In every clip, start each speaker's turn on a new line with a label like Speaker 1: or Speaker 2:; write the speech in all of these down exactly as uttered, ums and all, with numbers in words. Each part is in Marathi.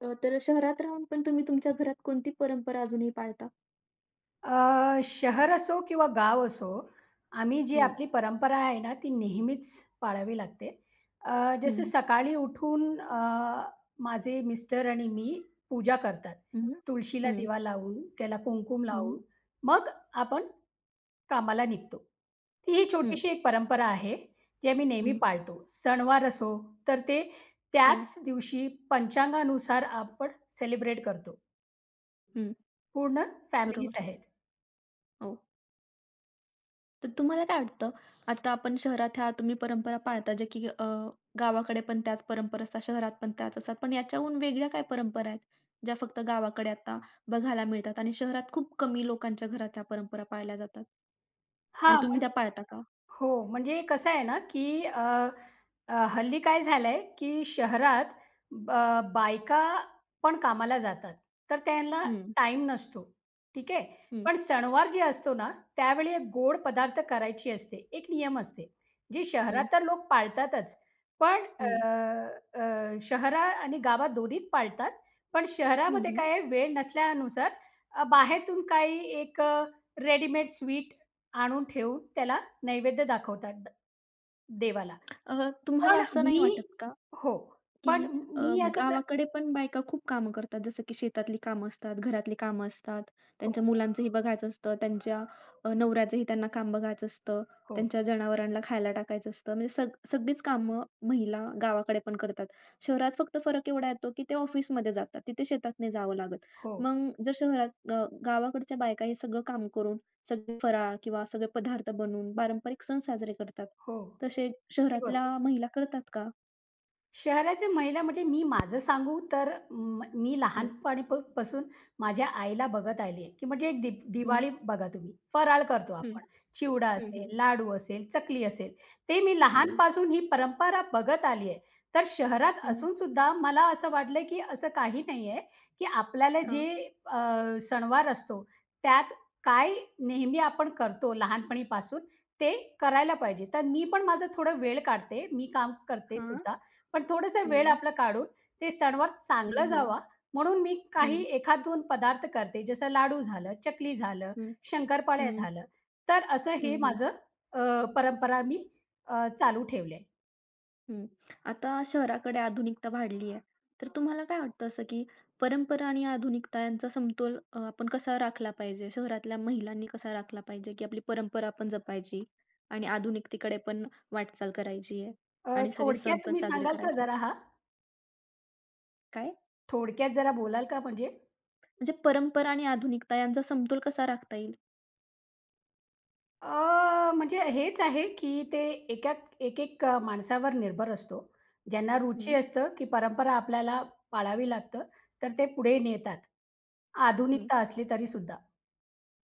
Speaker 1: अ, तर शहरात राहून पण तुम्ही तुमच्या घरात कोणती परंपरा अजूनही पाळता?
Speaker 2: अ, शहर असो किंवा गाव असो, आम्ही जी
Speaker 1: हं,
Speaker 2: आपली परंपरा आहे ना, ती नेहमीच पाळावी लागते. अ, जसं
Speaker 1: हं,
Speaker 2: सकाळी उठून अ, माझे मिस्टर आणि मी पूजा करतात.
Speaker 1: हं,
Speaker 2: तुळशीला
Speaker 1: हं,
Speaker 2: दिवा लावून, त्याला कुंकुम
Speaker 1: हं,
Speaker 2: लावून, मग आपण कामाला निघतो. ती ही
Speaker 1: हं,
Speaker 2: छोटीशी एक परंपरा आहे, जी आम्ही नेहमी
Speaker 1: हं.
Speaker 2: पाळतो. सणवार असो, तर ते
Speaker 1: हां,
Speaker 2: त्याच दिवशी पंचांगानुसार आपण सेलिब्रेट करतो.
Speaker 1: हं,
Speaker 2: पूर्ण फॅमिलीज
Speaker 1: बरोबर.
Speaker 2: आहेत.
Speaker 1: हो. तर तुम्हाला काय वाटतं, आता आपण शहरात ह्या तुम्ही परंपरा पाळता, जे की अ, गावाकडे पण त्याच परंपरा असतात, शहरात पण त्याच असतात. पण याच्याहून वेगळ्या काय परंपरा आहेत, ज्या फक्त गावाकडे आता बघायला मिळतात आणि शहरात खूप कमी लोकांच्या घरात ह्या परंपरा पाळल्या जातात? आणि
Speaker 2: हां.
Speaker 1: तुम्ही त्या पाळता का?
Speaker 2: हो, म्हणजे कसं आहे ना, की अ, अ, हल्ली काय झालंय, की शहरात ब बायका पण कामाला जातात. तर त्यांना
Speaker 1: हं,
Speaker 2: टाइम नसतो, ठीक आहे.
Speaker 1: हं,
Speaker 2: पण सणवार जे असतो ना, त्यावेळी एक गोड पदार्थ करायची असते. एक नियम असते. जे
Speaker 1: हं,
Speaker 2: शहरात तर लोक पाळतातच. पण
Speaker 1: हं,
Speaker 2: अ, अ, शहरा आणि गावात दोन्हीत पाळतात. पण
Speaker 1: हं,
Speaker 2: शहरामध्ये
Speaker 1: हं.
Speaker 2: काय आहे, वेळ नसल्यानुसार अ, बाहेरून काही एक रेडीमेड स्वीट आणून ठेवून त्याला नैवेद्य दाखवतात द देवाला.
Speaker 1: अ, तुम्हाला
Speaker 2: पण
Speaker 1: असं नाही
Speaker 2: मी
Speaker 1: वाटत का
Speaker 2: हो. पण
Speaker 1: की अ,
Speaker 2: मी असं क
Speaker 1: गावाकडे पण बायका खूप कामं करतात. जसं की शेतातली कामं असतात, घरातली कामं असतात,
Speaker 2: हो,
Speaker 1: त्यांच्या मुलांचंही बघायचं असतं, त्यांच्या अ, नवऱ्याचंही त्यांना काम बघायचं असतं,
Speaker 2: हो,
Speaker 1: त्यांच्या जनावरांना खायला टाकायचं असतं. म्हणजे सग सगळीच कामं महिला गावाकडे पण करतात. शहरात फक्त फरक एवढा येतो, की ते ऑफिसमध्ये जातात. तिथे शेतात नाही जावं लागत.
Speaker 2: हो,
Speaker 1: मग जर शहरात अ, गावाकडच्या बायका हे सगळं काम करून, सगळे फराळ किंवा सगळे पदार्थ बनवून पारंपरिक सण साजरे करतात.
Speaker 2: हो.
Speaker 1: तसे
Speaker 2: ते
Speaker 1: शहरातल्या
Speaker 2: बरोबर.
Speaker 1: महिला करतात का?
Speaker 2: शहराच्या महिला म्हणजे मी माझं सांगू तर म मी
Speaker 1: हं,
Speaker 2: लहानपणी प पासून माझ्या आईला बघत आली आहे, की म्हणजे एक दीप दिवाळी बघा तुम्ही, फराळ करतो
Speaker 1: हं.
Speaker 2: आपण. चिवडा
Speaker 1: हं,
Speaker 2: असेल,
Speaker 1: हं,
Speaker 2: लाडू असेल, चकली असेल, ते मी
Speaker 1: हं,
Speaker 2: लहानपासून ही परंपरा बघत आली आहे. तर शहरात
Speaker 1: हं.
Speaker 2: असून सुद्धा मला असं वाटलं, की असं काही नाही आहे, की आपल्याला
Speaker 1: हां,
Speaker 2: जे अ, सणवार असतो, त्यात काय नेहमी आपण करतो लहानपणीपासून, ते करायला पाहिजे. तर मी पण माझा थोडा वेळ काढते, मी काम करते
Speaker 1: हां.
Speaker 2: सुद्धा. पण थोडासा वेळ
Speaker 1: हं,
Speaker 2: आपला काढून ते सणवार
Speaker 1: हं,
Speaker 2: चांगला
Speaker 1: हं,
Speaker 2: जावा म्हणून मी काही
Speaker 1: हं,
Speaker 2: एक-दोन पदार्थ करते. जसं लाडू झालं, चकली झालं,
Speaker 1: हं,
Speaker 2: शंकरपाळ्या
Speaker 1: हं,
Speaker 2: झालं. तर असं
Speaker 1: हं,
Speaker 2: हे
Speaker 1: हं,
Speaker 2: माझं अ, परंपरा मी अ, चालू ठेवली आहे.
Speaker 1: हं. आता शहराकडे आधुनिकता वाढली आहे. तर तुम्हाला काय वाटतं असं, की परंपरा आणि आधुनिकता यांचा समतोल अ, आपण कसा राखला पाहिजे? शहरातल्या महिलांनी कसा राखला पाहिजे, की आपली परंपरा पण जपायची आणि आधुनिकतेकडे पण वाटचाल करायची आहे
Speaker 2: अ,
Speaker 1: आणि सगळे सण
Speaker 2: थोडक्यात
Speaker 1: पण
Speaker 2: तुम्ही
Speaker 1: साजरे
Speaker 2: सांगाल का
Speaker 1: करायचे.
Speaker 2: जरा हा,
Speaker 1: काय?
Speaker 2: थोडक्यात जरा बोलाल का म्हणजे?
Speaker 1: म्हणजे परंपरा आणि आधुनिकता यांचा समतोल कसा राखता येईल?
Speaker 2: अ, म्हणजे हेच आहे, की ते एका एक-एक माणसावर निर्भर असतो. ज्यांना
Speaker 1: हं,
Speaker 2: रुची असतं, की परंपरा आपल्याला पाळावी लागतं, तर ते पुढे नेतात.
Speaker 1: हं.
Speaker 2: आधुनिकता असली तरीसुद्धा.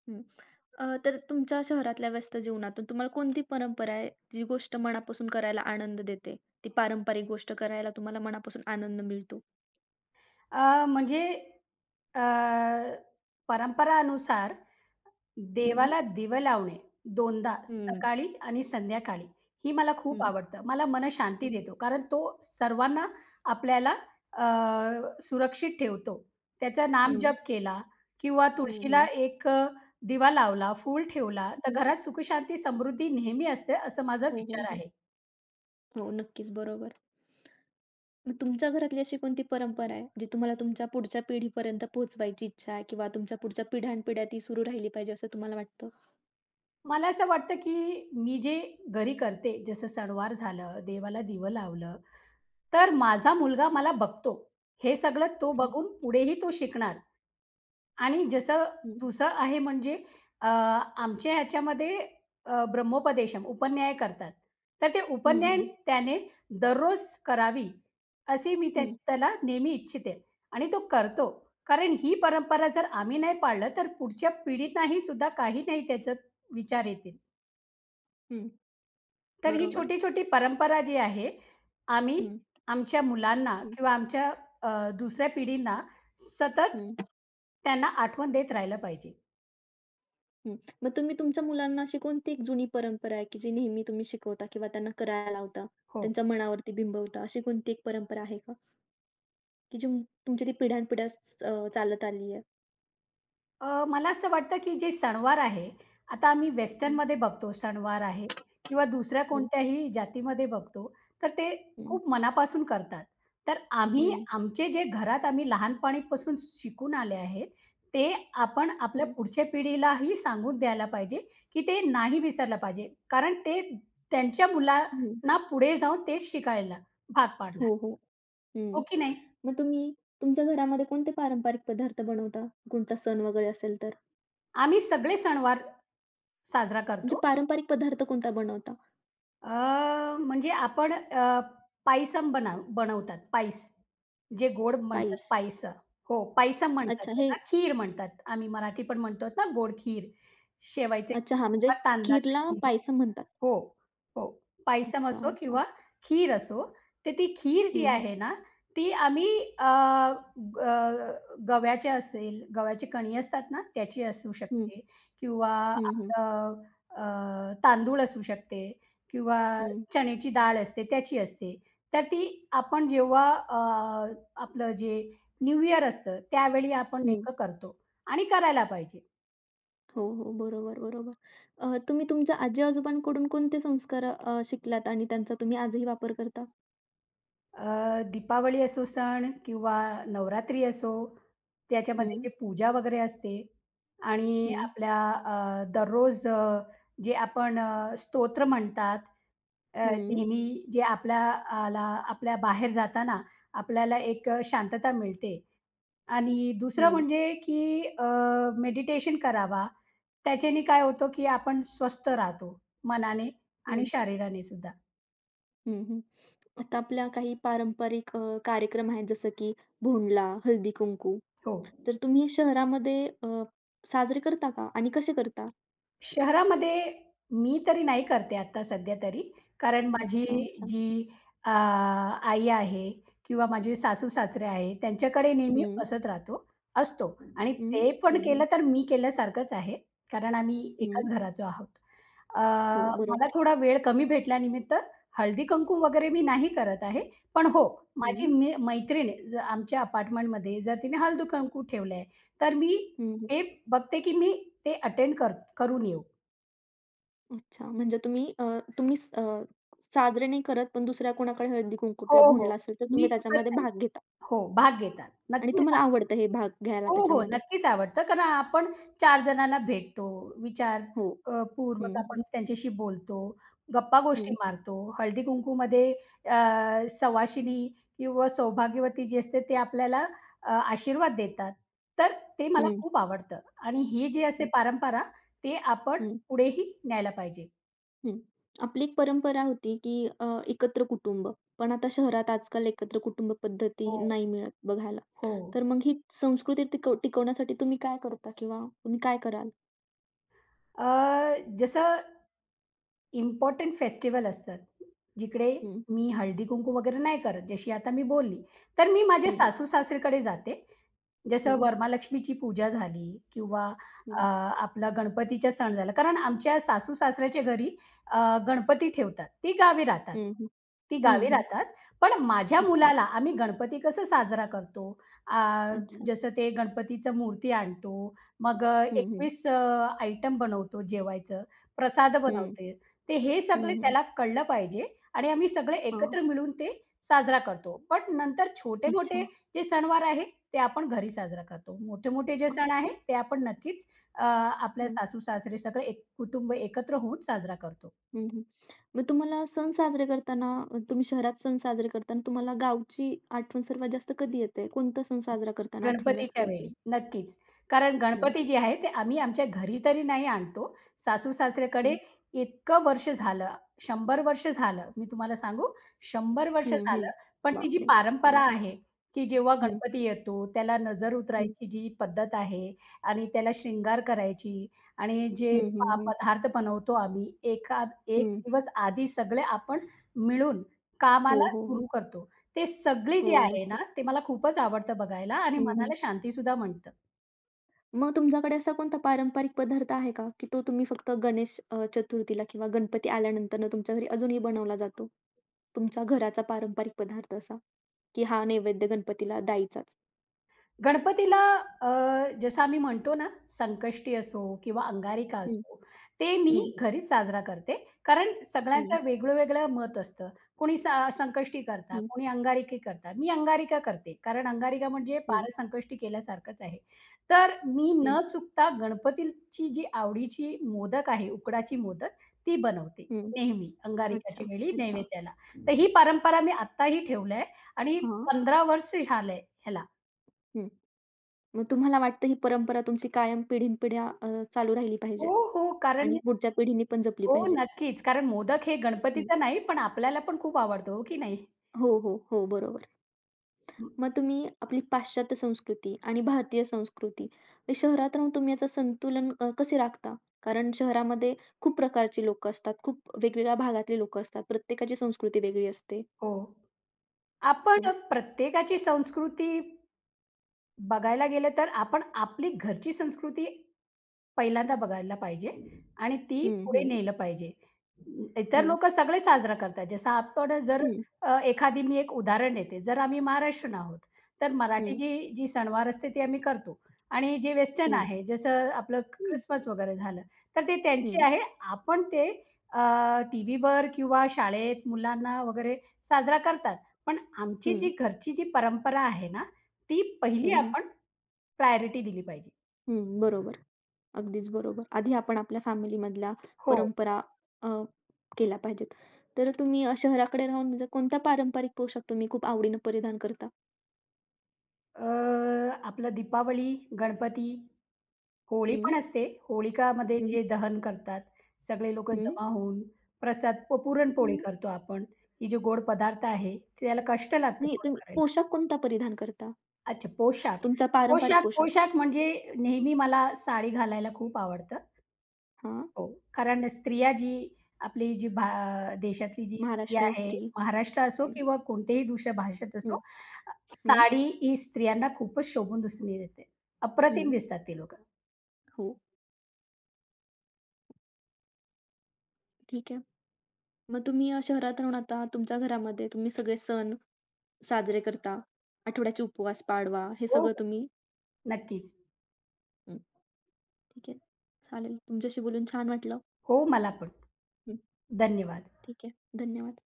Speaker 1: हं. अ, तर तुमच्या शहरातल्या व्यस्त जीवनातून तुम्हाला कोणती परंपरा आहे, जी गोष्ट मनापासून करायला आनंद देते? ती पारंपरिक गोष्ट करायला तुम्हाला मनापासून आनंद मिळतो?
Speaker 2: अ, म्हणजे अ, परंपरानुसार
Speaker 1: हं, हं,
Speaker 2: देवाला दिवं लावणे दोनदा
Speaker 1: हं,
Speaker 2: सकाळी आणि संध्याकाळी. ही मला खूप
Speaker 1: हं,
Speaker 2: आवडतं. मला मन शांती
Speaker 1: हं,
Speaker 2: देतो. कारण तो सर्वांना आपल्याला अ, सुरक्षित ठेवतो. त्याचं नामजप केला किंवा
Speaker 1: हं,
Speaker 2: तुळशीला
Speaker 1: हं,
Speaker 2: एक अ, दिवा लावला, फूल ठेवला, तर
Speaker 1: हं.
Speaker 2: घरात सुखशांती, समृद्धी नेहमी असते, असं माझा
Speaker 1: हो, हो,
Speaker 2: विचार
Speaker 1: हो.
Speaker 2: आहे.
Speaker 1: हो, नक्कीच, बरोबर. मग तुमच्या घरातली अशी कोणती परंपरा आहे, जी तुम्हाला तुमच्या पुढच्या पिढीपर्यंत पोहोचवायची इच्छा आहे किंवा तुमच्या पुढच्या पिढ्यानपिढ्या ती सुरू राहिली पाहिजे असं तुम्हाला वाटतं?
Speaker 2: मला असं वाटतं, की मी जे घरी करते, जसं सणवार झालं, देवाला दिवं लावलं, तर माझा मुलगा मला बघतो. हे सगळं तो
Speaker 1: हं,
Speaker 2: बघून पुढेही तो शिकणार आणि जसं
Speaker 1: हं,
Speaker 2: दुसरं आहे म्हणजे अ, आमच्या ह्याच्यामध्ये अ, ब्रह्मोपदेशम उपन्याय करतात. तर ते
Speaker 1: हं,
Speaker 2: उपन्याय
Speaker 1: हं,
Speaker 2: त्याने दररोज करावी, असे मी त्या
Speaker 1: हं,
Speaker 2: त्याला नेहमी इच्छिते आणि तो करतो. कारण ही परंपरा जर आम्ही नाही पाळलं, तर पुढच्या पिढींनाही सुद्धा काही नाही त्याचं विचार येतील.
Speaker 1: हं.
Speaker 2: तर ही
Speaker 1: बरोबर.
Speaker 2: छोटी-छोटी परंपरा जी आहे, आम्ही
Speaker 1: हं,
Speaker 2: आमच्या मुलांना
Speaker 1: हं,
Speaker 2: किंवा आमच्या अ, दुसऱ्या पिढींना सतत
Speaker 1: हं.
Speaker 2: त्यांना आठवण देत राहिलं पाहिजे.
Speaker 1: हं. मग तुम्ही तुमच्या मुलांना अशी कोणती एक जुनी परंपरा आहे, की जी नेहमी तुम्ही शिकवता किंवा त्यांना करायला लावता,
Speaker 2: हो.
Speaker 1: त्यांच्या मनावरती बिंबवता, अशी कोणती एक परंपरा आहे का? की जी तुमची ती पिढ्यानपिढ्या च अ, चालत आली आहे?
Speaker 2: अ, मला असं वाटतं, की जे सणवार आहे, आता आम्ही
Speaker 1: हं,
Speaker 2: वेस्टर्नमध्ये बघतो सणवार आहे किंवा दुसऱ्या
Speaker 1: हं,
Speaker 2: कोणत्याही जातीमध्ये बघतो, तर ते
Speaker 1: हं,
Speaker 2: खूप मनापासून करतात. तर आम्ही
Speaker 1: हं,
Speaker 2: आमचे जे घरात आम्ही लहानपणीपासून शिकून आले आहेत, ते आपण आपल्या
Speaker 1: हं,
Speaker 2: पुढच्या पिढीलाही सांगून द्यायला पाहिजे, की ते नाही विसरलं पाहिजे. कारण ते त्यांच्या
Speaker 1: हं.
Speaker 2: मुलांना पुढे जाऊन तेच शिकायला भाग पाडणार,
Speaker 1: हो, हो. हं.
Speaker 2: हो की नाही?
Speaker 1: मग तुम्ही तुमच्या घरामध्ये कोणते पारंपरिक पदार्थ बनवता? कोणता सण वगैरे असेल तर?
Speaker 2: आम्ही सगळे सणवार साजरा
Speaker 1: म्हणजे
Speaker 2: करतो.
Speaker 1: पारंपरिक पदार्थ कोणता बनवता?
Speaker 2: अ, म्हणजे आपण अ, पायसम बनव बनवतात पायस. जे गोड
Speaker 1: पायस.
Speaker 2: म्हणतात पायसं. हो, पायसम म्हणतात
Speaker 1: अच्छा हे
Speaker 2: त्याला. खीर म्हणतात. आम्ही मराठी पण म्हणतो ना गोड खीर. शेवयाचं खीर
Speaker 1: अच्छा हां, म्हणजे
Speaker 2: किंवा तांदळाचं
Speaker 1: खीरला
Speaker 2: खीर.
Speaker 1: पायसम म्हणतात.
Speaker 2: हो, हो. पायसम
Speaker 1: अच्छा,
Speaker 2: असो
Speaker 1: अच्छा.
Speaker 2: किंवा खीर असो, तर ती खीर जी
Speaker 1: हं, हं,
Speaker 2: आहे ना, ती आम्ही अ, ग गव्याची असेल, गव्याची कणी असतात ना, त्याची असू
Speaker 1: हं,
Speaker 2: शकते किंवा
Speaker 1: हं, हं,
Speaker 2: आपलं अ, तांदूळ असू शकते किंवा
Speaker 1: हं,
Speaker 2: चण्याची डाळ असते, त्याची असते. तर ती आपण जेव्हा अ, आपलं जे न्यू इयर असतं, त्यावेळी आपण
Speaker 1: हं.
Speaker 2: नेमकं करतो आणि करायला पाहिजे.
Speaker 1: हो, हो. बरोबर, बरोबर. अ, तुम्ही तुमच्या आजी-आजोबांकडून कोणते संस्कार अ, शिकलात आणि त्यांचा तुम्ही आजही वापर करता?
Speaker 2: अ, दीपावली असो सण किंवा नवरात्री असो, त्याच्यामध्ये
Speaker 1: हं,
Speaker 2: जे पूजा वगैरे असते आणि
Speaker 1: हं,
Speaker 2: आपल्या अ, दररोज अ, जे आपण अ, स्तोत्र म्हणतात, अ,
Speaker 1: हं,
Speaker 2: नेहमी जे आपल्या आला आपल्या बाहेर जाताना आपल्याला एक अ, शांतता मिळते. आणि दुसरं
Speaker 1: हं,
Speaker 2: म्हणजे की अ, मेडिटेशन करावा. त्याच्याने काय होतं की आपण स्वस्थ राहतो मनाने आणि
Speaker 1: हं,
Speaker 2: शरीराने सुद्धा.
Speaker 1: हं, हं. आता आपल्या काही पारंपरिक अ, कार्यक्रम आहेत जसं की भोंडला, हळदी-कुंकू.
Speaker 2: हो.
Speaker 1: तर तुम्ही हे शहरामध्ये अ, साजरे करता का आणि कसे करता?
Speaker 2: शहरामध्ये मी तरी नाही करते आता सध्या तरी. कारण माझी
Speaker 1: अच्छा, अच्छा.
Speaker 2: जी अ, आई आहे किंवा माझे सासू-सासरे आहे, त्यांच्याकडे नेहमी
Speaker 1: हं,
Speaker 2: बसत राहतो असतो आणि
Speaker 1: हं,
Speaker 2: ते पण
Speaker 1: हं, हं,
Speaker 2: केलं तर मी केल्यासारखंच आहे. कारण आम्ही
Speaker 1: हं.
Speaker 2: एकाच घराचो आहोत. अ,
Speaker 1: हो,
Speaker 2: मला
Speaker 1: बरोबर.
Speaker 2: थोडा वेळ कमी भेटल्यानिमित्त हळदी-कुंकू वगैरे मी नाही करत आहे. पण हो,
Speaker 1: हं,
Speaker 2: माझी मी मैत्रीण ज आमच्या अपार्टमेंटमध्ये जर तिने हळदी-कुंकू ठेवलंय, तर मी
Speaker 1: हं,
Speaker 2: हे बघते की मी ते अटेंड करतो. करून येऊ.
Speaker 1: अच्छा, म्हणजे तुम्ही अ, तुम्ही स अ, साजरे नाही करत, पण दुसऱ्या कोणाकडे हळदी-कुंकू
Speaker 2: हो,
Speaker 1: किंवा
Speaker 2: हो.
Speaker 1: भोंडला असेल, तर तुम्ही
Speaker 2: मी चुकत
Speaker 1: त्याच्यामध्ये
Speaker 2: नाही.
Speaker 1: भाग घेता
Speaker 2: हो, भाग घेतात.
Speaker 1: आणि
Speaker 2: नक्कीच
Speaker 1: तुम्हाला
Speaker 2: भाग
Speaker 1: आवडतं हे भाग घ्यायला
Speaker 2: हो, हो.
Speaker 1: त्याच्यामध्ये.
Speaker 2: नक्कीच आवडतं कारण आपण चार जणांना भेटतो. विचार
Speaker 1: हो.
Speaker 2: अ,
Speaker 1: हं,
Speaker 2: पूर्वक आपण
Speaker 1: हं.
Speaker 2: त्यांच्याशी बोलतो,
Speaker 1: हं,
Speaker 2: गप्पा-गोष्टी मारतो. हळदी-कुंकूमध्ये अ, सुवासिनी किंवा सौभाग्यवती जी असते ते आपल्याला अ, आशीर्वाद देतात. तर ते मला
Speaker 1: हं,
Speaker 2: खूप आवडतं आणि ही जी असते
Speaker 1: हं,
Speaker 2: परंपरा ते आपण
Speaker 1: हं,
Speaker 2: पुढेही न्यायला पाहिजे.
Speaker 1: हं. आपली एक परंपरा होती, की अ, एकत्र कुटुंब. पण आता शहरात आजकाल एकत्र कुटुंब
Speaker 2: हो.
Speaker 1: पद्धती नाही मिळत बघायला.
Speaker 2: हो.
Speaker 1: तर मग ही संस्कृती टिकव टिकवण्यासाठी तुम्ही काय करता किंवा तुम्ही काय कराल?
Speaker 2: अ, जसं इम्पॉर्टंट फेस्टिवल असतात. जिकडे
Speaker 1: हं,
Speaker 2: मी हळदी-कुंकू वगैरे नाही करत, जशी आता मी बोलली. तर मी माझ्या
Speaker 1: हं,
Speaker 2: सासू-सासरीकडे जाते. जसं
Speaker 1: हं,
Speaker 2: वरमालक्ष्मीची पूजा झाली किंवा
Speaker 1: हं,
Speaker 2: अ, आपला गणपतीचा सण झाला. कारण आमच्या सासू-सासऱ्याच्या घरी अ, गणपती ठेवतात. ती गावी राहतात.
Speaker 1: हं, हं,
Speaker 2: ती गावी
Speaker 1: हं,
Speaker 2: राहतात. पण माझ्या
Speaker 1: अच्छा,
Speaker 2: मुलाला आम्ही गणपती कसं साजरा करतो, अ,
Speaker 1: अच्छा.
Speaker 2: जसं ते गणपतीचं मूर्ती आणतो, मग अ,
Speaker 1: हं, हं,
Speaker 2: आयटम बनवतो जेवायचं, प्रसाद
Speaker 1: हं,
Speaker 2: बनवते ते हे सगळे
Speaker 1: हं,
Speaker 2: त्याला कळलं पाहिजे आणि आम्ही सगळे
Speaker 1: हां,
Speaker 2: एकत्र मिळून ते साजरा करतो. बट नंतर
Speaker 1: अच्छा.
Speaker 2: छोटे-मोठे जे सणवार आहे, ते आपण घरी साजरा करतो. मोठे-मोठे जे
Speaker 1: हां.
Speaker 2: सण आहे, ते आपण नक्कीच अ, आपल्या
Speaker 1: हं,
Speaker 2: सासू-सासरे सगळे एक कुटुंब एकत्र होऊन साजरा करतो.
Speaker 1: हं, हं. मग तुम्हाला सण साजरे करताना अ, तुम्ही शहरात सण साजरे करताना तुम्हाला गावची आठवण सर्वात जास्त कधी येते? कोणता सण साजरा करताना आठवण जास्त
Speaker 2: गणपतीच्या
Speaker 1: येते?
Speaker 2: वेळी. नक्कीच. कारण
Speaker 1: हं,
Speaker 2: गणपती जे आहे ते आम्ही आमच्या घरी तरी नाही आणतो. सासू-सासऱ्याकडे
Speaker 1: हं.
Speaker 2: इतकं वर्ष झालं, शंभर वर्ष झालं. मी तुम्हाला सांगू शंभर वर्ष
Speaker 1: हं, हं.
Speaker 2: झालं. पण ती जी
Speaker 1: बापरे! अरे
Speaker 2: परंपरा
Speaker 1: वाह!
Speaker 2: आहे, की जेव्हा
Speaker 1: हं,
Speaker 2: गणपती येतो त्याला नजर
Speaker 1: हं.
Speaker 2: उतरायची जी पद्धत आहे आणि त्याला शृंगार करायची आणि जे
Speaker 1: हं, हं,
Speaker 2: प
Speaker 1: हं.
Speaker 2: पदार्थ बनवतो आम्ही एखाद एक
Speaker 1: हं.
Speaker 2: दिवस आधी सगळे आपण मिळून
Speaker 1: हो,
Speaker 2: कामाला
Speaker 1: हो, हो.
Speaker 2: सुरू करतो. ते सगळी
Speaker 1: हो,
Speaker 2: जी आहे ना,
Speaker 1: नक्कीच.
Speaker 2: ते मला खूपच आवडतं बघायला आणि
Speaker 1: हं, हं.
Speaker 2: मनाला शांतीसुद्धा म्हणतं.
Speaker 1: मग तुमच्याकडे असा कोणता पारंपरिक पदार्थ आहे का, की तो तुम्ही फक्त गणेश अ, चतुर्थीला किंवा गणपती आल्यानंतरनं तुमच्या घरी अजूनही बनवला जातो? तुमचा घराचा पारंपरिक पदार्थ असा, की हा नैवेद्य गणपतीला द्यायचाच?
Speaker 2: गणपतीला अ, जसं आम्ही म्हणतो ना, संकष्टी असो किंवा अंगारिका
Speaker 1: हं,
Speaker 2: असो, ते मी
Speaker 1: हं,
Speaker 2: घरीच साजरा करते. कारण
Speaker 1: हं,
Speaker 2: सगळ्यांचं वेगळं-वेगळं मत असतं. कोणी स संकष्टी करतात,
Speaker 1: हं,
Speaker 2: कोणी अंगारिकी करतात. मी अंगारिका करते. कारण अंगारिका म्हणजे
Speaker 1: हं,
Speaker 2: पारसंकष्टी केल्यासारखंच आहे. तर मी
Speaker 1: हं,
Speaker 2: न चुकता गणपतीची जी आवडीची मोदक आहे, उकडाची मोदक, ती बनवते
Speaker 1: हं.
Speaker 2: नेहमी
Speaker 1: अच्छा,
Speaker 2: अंगारिकाच्या वेळी
Speaker 1: अच्छा.
Speaker 2: नैवेद्याला. तर ही परंपरा मी आत्ताही ठेवलंय आणि
Speaker 1: हां,
Speaker 2: पंधरा वर्ष झालंय ह्याला.
Speaker 1: हं. मग तुम्हाला वाटतं ही परंपरा तुमची कायम पिढीनपिढ्या अ, चालू राहिली पाहिजे
Speaker 2: हो, हो.
Speaker 1: आणि
Speaker 2: कारण
Speaker 1: पुढच्या पिढीने पण जपली
Speaker 2: हो,
Speaker 1: पाहिजे.
Speaker 2: नक्कीच. कारण मोदक हे
Speaker 1: हं.
Speaker 2: गणपतीचं नाही, पण आपल्याला पण खूप आवडतो, हो की नाही?
Speaker 1: हो, हो, हो. बरोबर.
Speaker 2: हं,
Speaker 1: मग तुम्ही आपली पाश्चात्य संस्कृती आणि भारतीय संस्कृती हे शहरात राहून तुम्ही याचं संतुलन अ, कसे राखता? कारण शहरामध्ये खूप प्रकारची लोक असतात, खूप वेगवेगळ्या भागातली लोकं असतात. प्रत्येकाची संस्कृती वेगळी असते.
Speaker 2: हो. आपण
Speaker 1: हं,
Speaker 2: प्रत्येकाची संस्कृती बघायला गेलं तर आपण आपली घरची संस्कृती पहिल्यांदा बघायला पाहिजे आणि ती
Speaker 1: हं,
Speaker 2: पुढे
Speaker 1: हं,
Speaker 2: नेलं पाहिजे. इतर
Speaker 1: हं,
Speaker 2: लोक सगळे साजरा करतात. जसं आपण जर
Speaker 1: हं,
Speaker 2: अ, एखादी मी एक उदाहरण देते. जर आम्ही महाराष्ट्रीयन आहोत, तर मराठी
Speaker 1: हं,
Speaker 2: जी जी सणवार असते ती आम्ही करतो आणि जे वेस्टर्न
Speaker 1: हं,
Speaker 2: आहे, जसं आपलं
Speaker 1: हं,
Speaker 2: क्रिसमस वगैरे झालं, तर ते
Speaker 1: हं,
Speaker 2: त्यांची आहे. आपण ते अ, टीव्हीवर किंवा शाळेत मुलांना वगैरे साजरा करतात. पण आमची
Speaker 1: हं,
Speaker 2: जी घरची जी परंपरा आहे ना, ती पहिली
Speaker 1: हं, हं,
Speaker 2: आपण प्रायोरिटी दिली पाहिजे.
Speaker 1: हं. बरोबर. अगदीच बरोबर. आधी आपण आपल्या फॅमिलीमधल्या
Speaker 2: हो.
Speaker 1: परंपरा अ, केल्या पाहिजेत. तर तुम्ही अ, शहराकडे राहून म्हणजे कोणता पारंपरिक पोशाख तुम्ही खूप आवडीनं परिधान करता?
Speaker 2: अ, आपलं दीपावली, गणपती, होळी
Speaker 1: हं,
Speaker 2: पण असते. होळिकामध्ये
Speaker 1: हं,
Speaker 2: जे दहन करतात, सगळे लोकं
Speaker 1: हं,
Speaker 2: जमा होऊन प्रसाद प पुरणपोळी
Speaker 1: हं.
Speaker 2: करतो आपण. ही जे गोड पदार्थ आहे, ते त्याला कष्ट लागतं
Speaker 1: नाही,
Speaker 2: थोडं
Speaker 1: तुम्ही
Speaker 2: करायला.
Speaker 1: पोशाख कोणता परिधान करता?
Speaker 2: अच्छा पोशाख.
Speaker 1: तुमचा पारंपरिक
Speaker 2: पोशाख,
Speaker 1: पोशाख?
Speaker 2: पोशाख म्हणजे नेहमी मला साडी घालायला खूप आवडतं.
Speaker 1: हां,
Speaker 2: हो, कारण स्त्रिया जी आपली जी भा देशातली जी स्त्री
Speaker 1: महाराष्ट्रीयन
Speaker 2: आहे,
Speaker 1: स्त्री.
Speaker 2: महाराष्ट्र असो
Speaker 1: हं,
Speaker 2: किंवा कोणत्याही दुसऱ्या भाषेत असो,
Speaker 1: हं,
Speaker 2: अ,
Speaker 1: हं,
Speaker 2: साडी ही स्त्रियांना खूपच शोभून दिसून येते. अप्रतिम
Speaker 1: हं.
Speaker 2: दिसतात ते लोकं.
Speaker 1: हो, ठीक आहे. मग तुम्ही अ, शहरात राहून आता तुमच्या घरामध्ये तुम्ही सगळे सण साजरे करता. आठवड्याचे उपवास, पाडवा हे
Speaker 2: हो, हो.
Speaker 1: सगळं तुम्ही
Speaker 2: नक्कीच.
Speaker 1: हं, ठीक आहे. चालेल. तुमच्याशी बोलून छान वाटलं.
Speaker 2: हो, मला पण.
Speaker 1: हं,
Speaker 2: धन्यवाद.
Speaker 1: ठीक आहे. धन्यवाद.